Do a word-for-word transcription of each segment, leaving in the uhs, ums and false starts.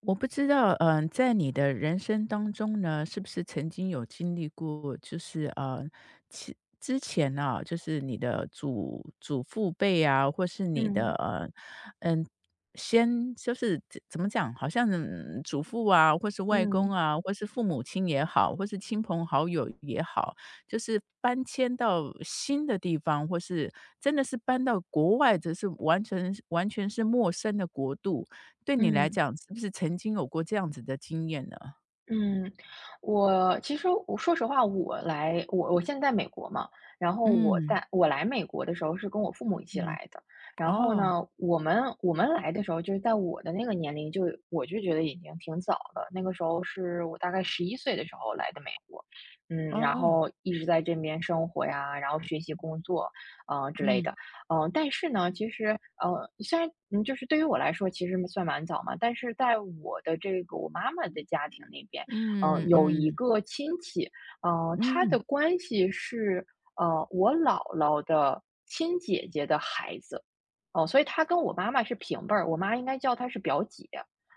我不知道，嗯、在你的人生当中呢，是不是曾经有经历过，就是呃，其之前呢、啊，就是你的祖祖父辈啊，或是你的嗯呃，嗯，先就是怎怎么讲，好像嗯祖父啊，或是外公嗯啊，或是父母亲也好，或是亲朋好友也好，就是搬迁到新的地方，或是真的是搬到国外，只是完全完全是陌生的国度。对你来嗯讲，是不是曾经有过这样子的经验呢？嗯，我其实我说实话，我来我我现在在美国嘛。然后我嗯，在我来美国的时候是跟我父母一起嗯，来的。然后哦，呢，我们我们来的时候就是在我的那个年龄，就，我就觉得已经挺早了。那个时候是我大概十一岁的时候来的美国。嗯，然哦，后一直在这边生活呀，然后学习工作，啊之类嗯，的。嗯，呃但是呢，其实呃，虽然嗯，就是对于我来说其实算蛮早嘛，但是在我的这个我妈妈的家庭那边，呃，嗯，有一嗯，个亲戚。呃，他嗯，的关系是呃我姥姥的亲姐姐的孩子。哦，所以他跟我妈妈是平辈儿，我妈应该叫他是表姐。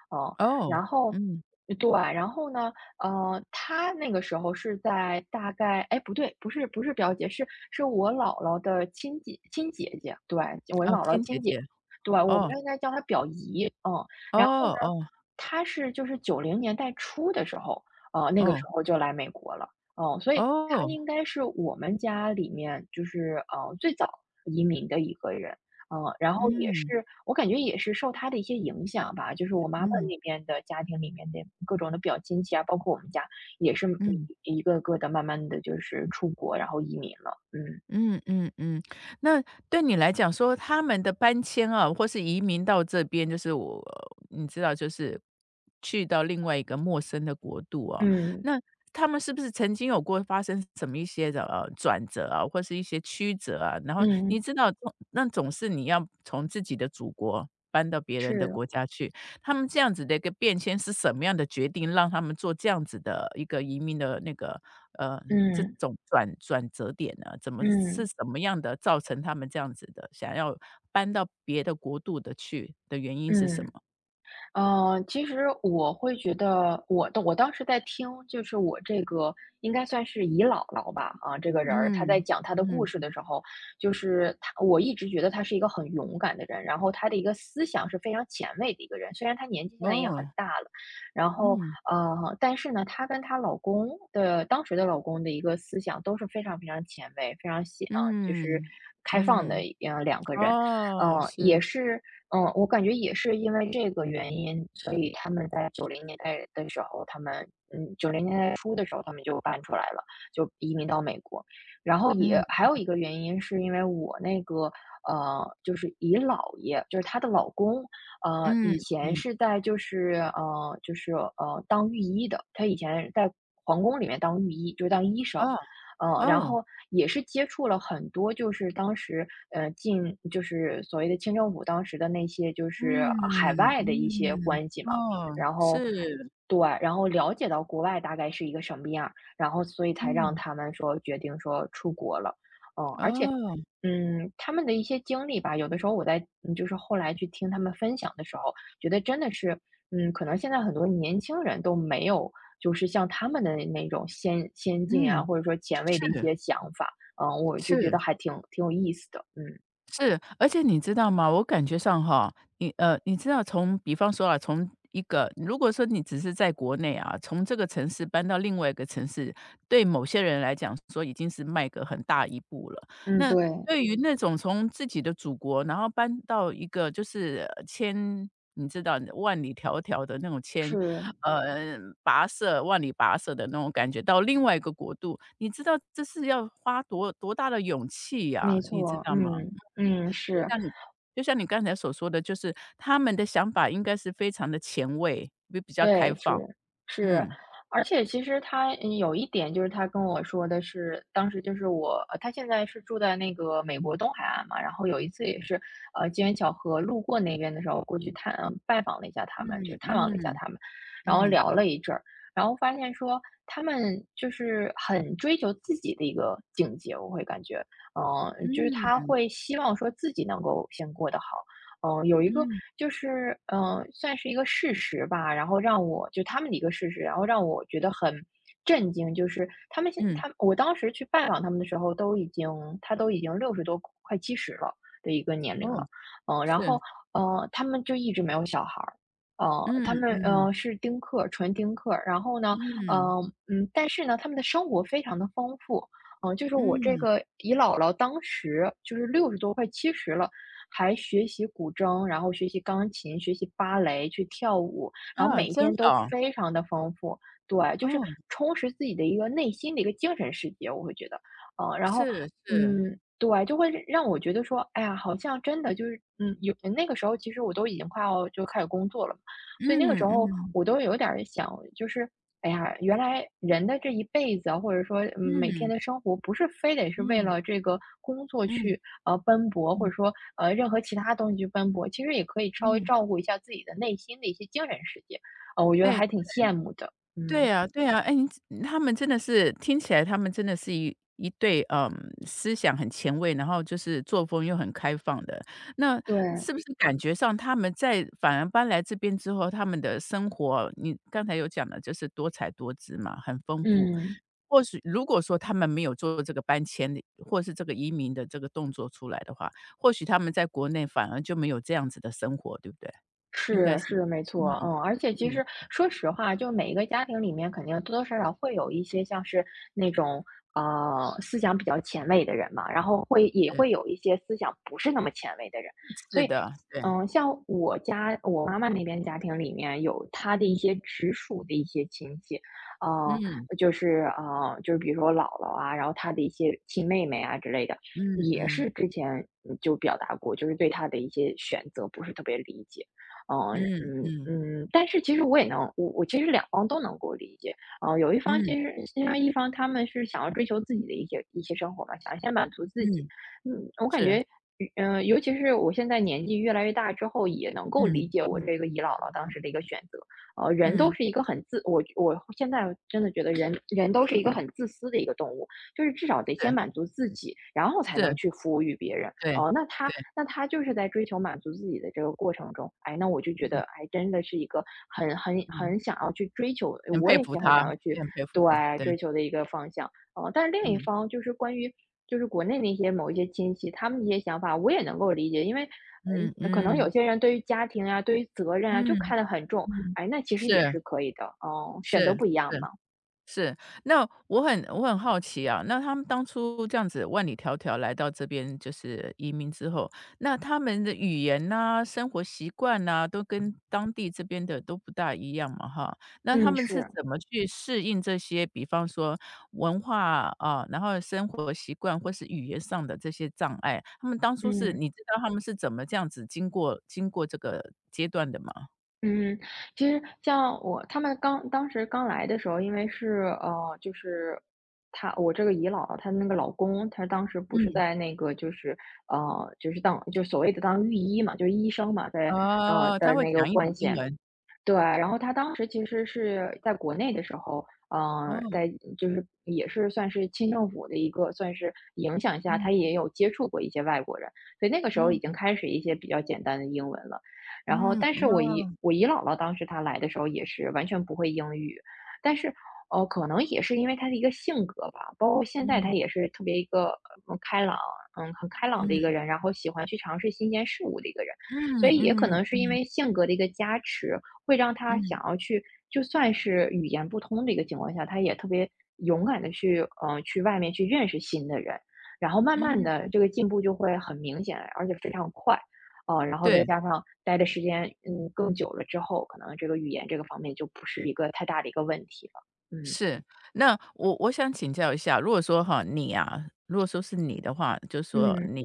哦，哦，然后嗯，对。然后呢，呃，她那个时候是在大概，哎，不对，不是不是表姐，是是我姥姥的亲姐亲姐姐。对，我哦，姥姥亲姐亲姐，姐，对，我们哦，应该叫她表姨。嗯。哦，然后呢，哦，她是就是九零年代初的时候，呃，那个哦，时候就来美国了。嗯，所以她哦，应该是我们家里面就是，呃，最早移民的一个人。嗯，然后也嗯，是我感觉也是受他的一些影响吧，就是我妈妈嗯，那边的家庭里面的各种的表亲戚啊，包括我们家也是嗯。一一个个的慢慢的就是出国，然后移民了。嗯。嗯嗯嗯，那对你来讲说，他们的搬迁啊，或是移民到这边，就是我你知道，就是去到另外一个陌生的国度啊，嗯，那他们是不是曾经有过发生什么一些的呃转折啊，或是一些曲折啊？然后你嗯，知道，那总是你要从自己的祖国搬到别人的是，国家去，他们这样子的一个变迁是什么样的决定，让他们做这样子的一个移民的那个，呃，这嗯，种转转折点呢？怎么是嗯，什么样的造成他们这样子的，想要搬到别的国度的去的原因是什么？嗯。呃，其实我会觉得，我的我当时在听，就是我这个应该算是姨姥姥吧。啊，这个人儿她在嗯，讲她的故嗯。事的时候，就是她，我一直觉得她是一个很勇敢的人。然后她的一个思想是非常前卫的一个人，虽然她年纪现在也很哦，大了。然后嗯。呃，但是呢，她跟她老公的当时的老公的一个思想都是非常非常前卫，非常喜，啊，就是嗯，开放的。嗯。呃，两个人，哦，呃，也是。是嗯，我感觉也是因为这个原因，所以他们在九零年代的时候，他们念书的时候，他们就搬出来了，就移民到美国。然后也嗯，还有一个原因是因为我那个呃，就是姨姥爷，就是她的老公。呃，嗯，以前嗯。是在就是呃就是呃当御医的，他以前在皇宫里面当御医，就是当医生。哦，呃，然哦。后也是接触了很多，就是当时呃进就是所谓的清政府当时的那些就是海嗯，外的一些嗯。关系嘛。哦，然后是，对，然后了解到国外大概是一个什么样儿，然后所以才让嗯。他们说决定说出国了。嗯，而且，哦。嗯，他们的一些经历吧，有的时候我在嗯就是后来去听他们分享的时候，觉得真的是，嗯，可能现在很多年轻人都没有就是像他们的那种先先进啊，嗯。或者说前卫的一是。些想法。嗯，我就觉是，得还挺挺有意思的。嗯是，而且你知道吗？我感觉上哈，你呃，你知道从比方说啊，从一个如果说你只是在国内啊，从这个城市搬到另外一个城市，对某些人来讲说已经是迈个很大一步了。嗯，那对，对于那种从自己的祖国，然后搬到一个就是呃千你知道万里迢迢的那种千是，呃跋涉万里跋涉的那种感觉，到另外一个国度，你知道这是要花多多大的勇气呀、没你知错，道吗？嗯嗯是，像你就像你刚才所说的，就是他们的想法应该是非常的前卫，比比较开对，是放。是。嗯，而且其实他嗯有一点就是他跟我说的是，当时就是我，呃他现在是住在那个美国东海岸嘛。然后有一次也是，呃，机缘巧合路过那边的时候，过去探拜访了一下嗯他们，就探望了一下嗯他们。然后嗯，聊了一阵儿，然后发现说他们就是很追求自己的一个境界，我会感觉，嗯，就是他嗯会希望说自己能够先过得好。嗯，有一个嗯就是，嗯，算是一个事实吧，然后让我就他们的一个事实，然后让我觉得很震惊。就是他们现嗯，他我当时去拜访他们的时候，都已经他都已经六十多快七十了的一个年龄哦，了。嗯，然是，后，嗯，他们就一直没有小孩儿。呃，嗯他们，嗯呃，是丁克，纯丁克。然后呢，嗯嗯嗯，但是呢，他们的生活非常的丰富。嗯，就是我这嗯，个姨姥姥当时就是六十多快七十了，还学习古筝，然后学习钢琴，学习芭蕾，去跳舞，然后啊，每一真天都好，非常的丰富。对，就是哦，充实自己的一个内心的一个精神世界，我会觉得。呃，然后，是是，嗯，对，就会让我觉得说，哎呀，好像真的就是，嗯，有那个时候其实我都已经快要就开始工作了嘛。所以那个嗯时候嗯我都有点儿想，就是，哎呀，原来人的这一辈子啊，或者说，嗯，每天嗯的生活不是非得是为嗯了这个工作嗯去呃，奔波，或嗯者说，呃，任何其他东西去奔波。其实也可以稍微嗯，照顾一下自己的内心的一些精神世界。呃，我觉得哎。还挺羡慕的。对嗯。啊，对啊，哎，你他们真的是听起来他们真的是一一对，嗯，思想很前卫，然后就是作风又很开放的。那对。是不是感觉上他们在反而搬来这边之后，他们的生活，你刚才有讲的就是多彩多姿嘛，很丰富。嗯。或许如果说他们没有做这个搬迁的，或是这个移民的这个动作出来的话，或许他们在国内反而就没有这样子的生活，对不对？应该是是，是，没嗯，错，嗯，而且其嗯，实说实话，就每一个家庭里面，肯定多多少少会有一些像是那种呃思想比较前卫的人嘛，然后会也对，会有一些思想不是那么前卫的人。所是以，的，对，嗯，像我家我妈妈那边家庭里面有她的一些直属的一些亲戚。嗯，嗯。就是呃，就是比如说我姥姥啊，然后她的一些亲妹妹啊之类的，嗯也嗯是之前嗯就表达过，就是对她的一些选择不是特别理解。嗯嗯嗯嗯嗯，但是其实我也能我我其实两方都能够理解。呃，有一方嗯其实因为一方他们是想要追求自己的一些一些生活嘛，想先满足自己。嗯，嗯，我感是，觉，嗯，呃尤其是我现在年纪越来越大之后，也能够理嗯解我嗯这个姨姥姥当时的一个选择。呃，人都嗯，是一个很自我我现在真的觉得人人都是一个很自私的一个动物，就是至少得先是满足自己，然后才能是，去服务于别人。对哦，那对，他那他就是在追求满足自己的这个过程中，哎，那我就觉嗯得，哎，真的是一个很很嗯，很想要去追求，很我佩也服是很他，想要也去很佩服对他，对，追求的一个方向。哦，但是另一嗯方就是关于就是国内那些某一些亲戚，他们的一些想法，我也能够理解。因为嗯，嗯可能有嗯些人对于家庭啊，对于责任啊，就嗯看得很重。嗯，哎，那其实也是是可以的。哦，选择是不一样是。嘛。是，那我很我很好奇啊，那他们当初这样子万里迢迢来到这边，就是移民之后，那他们的语言呐、生活习惯呐、都跟当地这边的都不大一样嘛，哈。那他嗯，们是是，怎么去适应这些，比方说文化啊，然后生活习惯或是语言上的这些障碍？他们当初是嗯。你知道他们是怎么这样子经过经过这个阶段的吗？嗯，其实像我他们刚当时刚来的时候，因为是呃，就是他我这个姨姥姥她那个老公，他当时不是嗯。在那个就是呃，就是当就所谓的当御医嘛，就是医生嘛，在呃哦，他的会那个讲一点关系。英文，对，然后他当时其实是在国内的时候，嗯呃，哦。在就是也是算是清政府的一个算是影响下，他嗯也有接触过一些外国人，所以那个时候已经嗯。开始一些比较简单的英文了。然后，嗯，但是我姨哦，我姨姥姥当时她来的时候也是完全不会英语。但是呃，可能也是因为她的一个性格吧，包括现在嗯她也是特别一个嗯开朗，嗯很开朗的一个嗯人，然后喜欢去尝试新鲜事物的一个人。嗯所以也可能是嗯因为性格的一个加持，会让他嗯想要去就算是语言不通的一个情况下，他也特别勇敢的去，呃，去外面去认识新的人。然后慢嗯，慢的这个进步就会很明显，而且非常快。呃，然后再对，加上待的时间，嗯，更久了之后，可能这个语言这个方面就不是一个太大的一个问题了。嗯，是。那我我想请教一下，如果说哈，你啊，如果说是你的话，就说嗯，你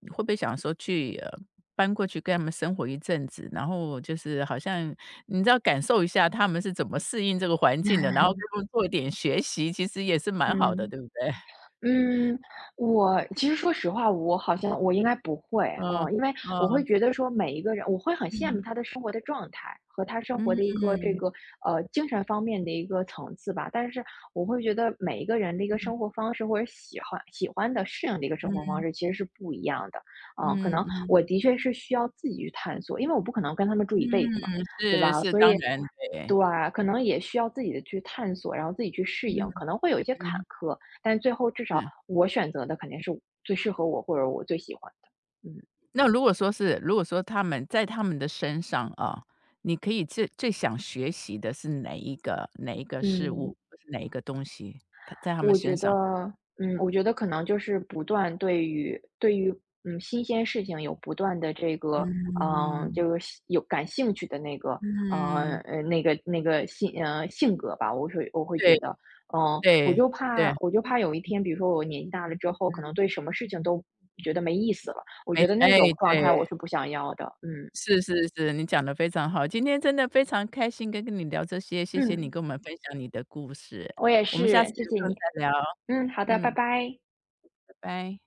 你会不会想说去，呃，搬过去跟他们生活一阵子，然后就是好像你知道感受一下他们是怎么适应这个环境的，然后跟他们做一点学习，其实也是蛮好的，嗯。对不对？嗯，我其实说实话，我好像我应该不会哦。嗯因为我会嗯觉得说每一个人，我会很羡慕嗯他的生活的状态和他生活的一嗯个这个呃精神方面的一个层次吧。但是我会觉得每一个人的一个生活方式或者喜欢喜欢的适应的一个生活嗯方式其实是不一样的。嗯，可嗯能嗯我的确是需要自己去探索，因为我不可能跟他们住嗯，一辈子嘛。对是吧？是，所当以。然，对。对，可能也需要自己的去探索，然后自己去适嗯应，可能会有一些坎嗯，坷，但最后至少嗯，我选择的肯定是最适合我或者我最喜欢的。嗯。那如果说是如果说他们在他们的身上啊，你可以最最想学习的是哪一个哪一个事嗯。物，或是哪一个东西？他在他们我身觉上。得嗯，我觉得可能就是不断对于对于，嗯，新鲜事情有不断的这个嗯，呃这嗯，个兴有感兴趣的那个呃，嗯，呃，那个那个性呃，性格吧。我会我会对觉得，嗯，我对就对，怕我就怕有一天，比如说我年纪大了之后，可能对什么事情都觉得没意思了。我没觉得哎，那种状态对，我是不想要的。嗯。是是是，你讲的非常好。今天真的非常开心跟跟你聊这些，谢谢你嗯。跟我们分享你的故事，我也我们下次是，谢有谢空你。再聊。嗯，好的，拜嗯，拜。拜拜。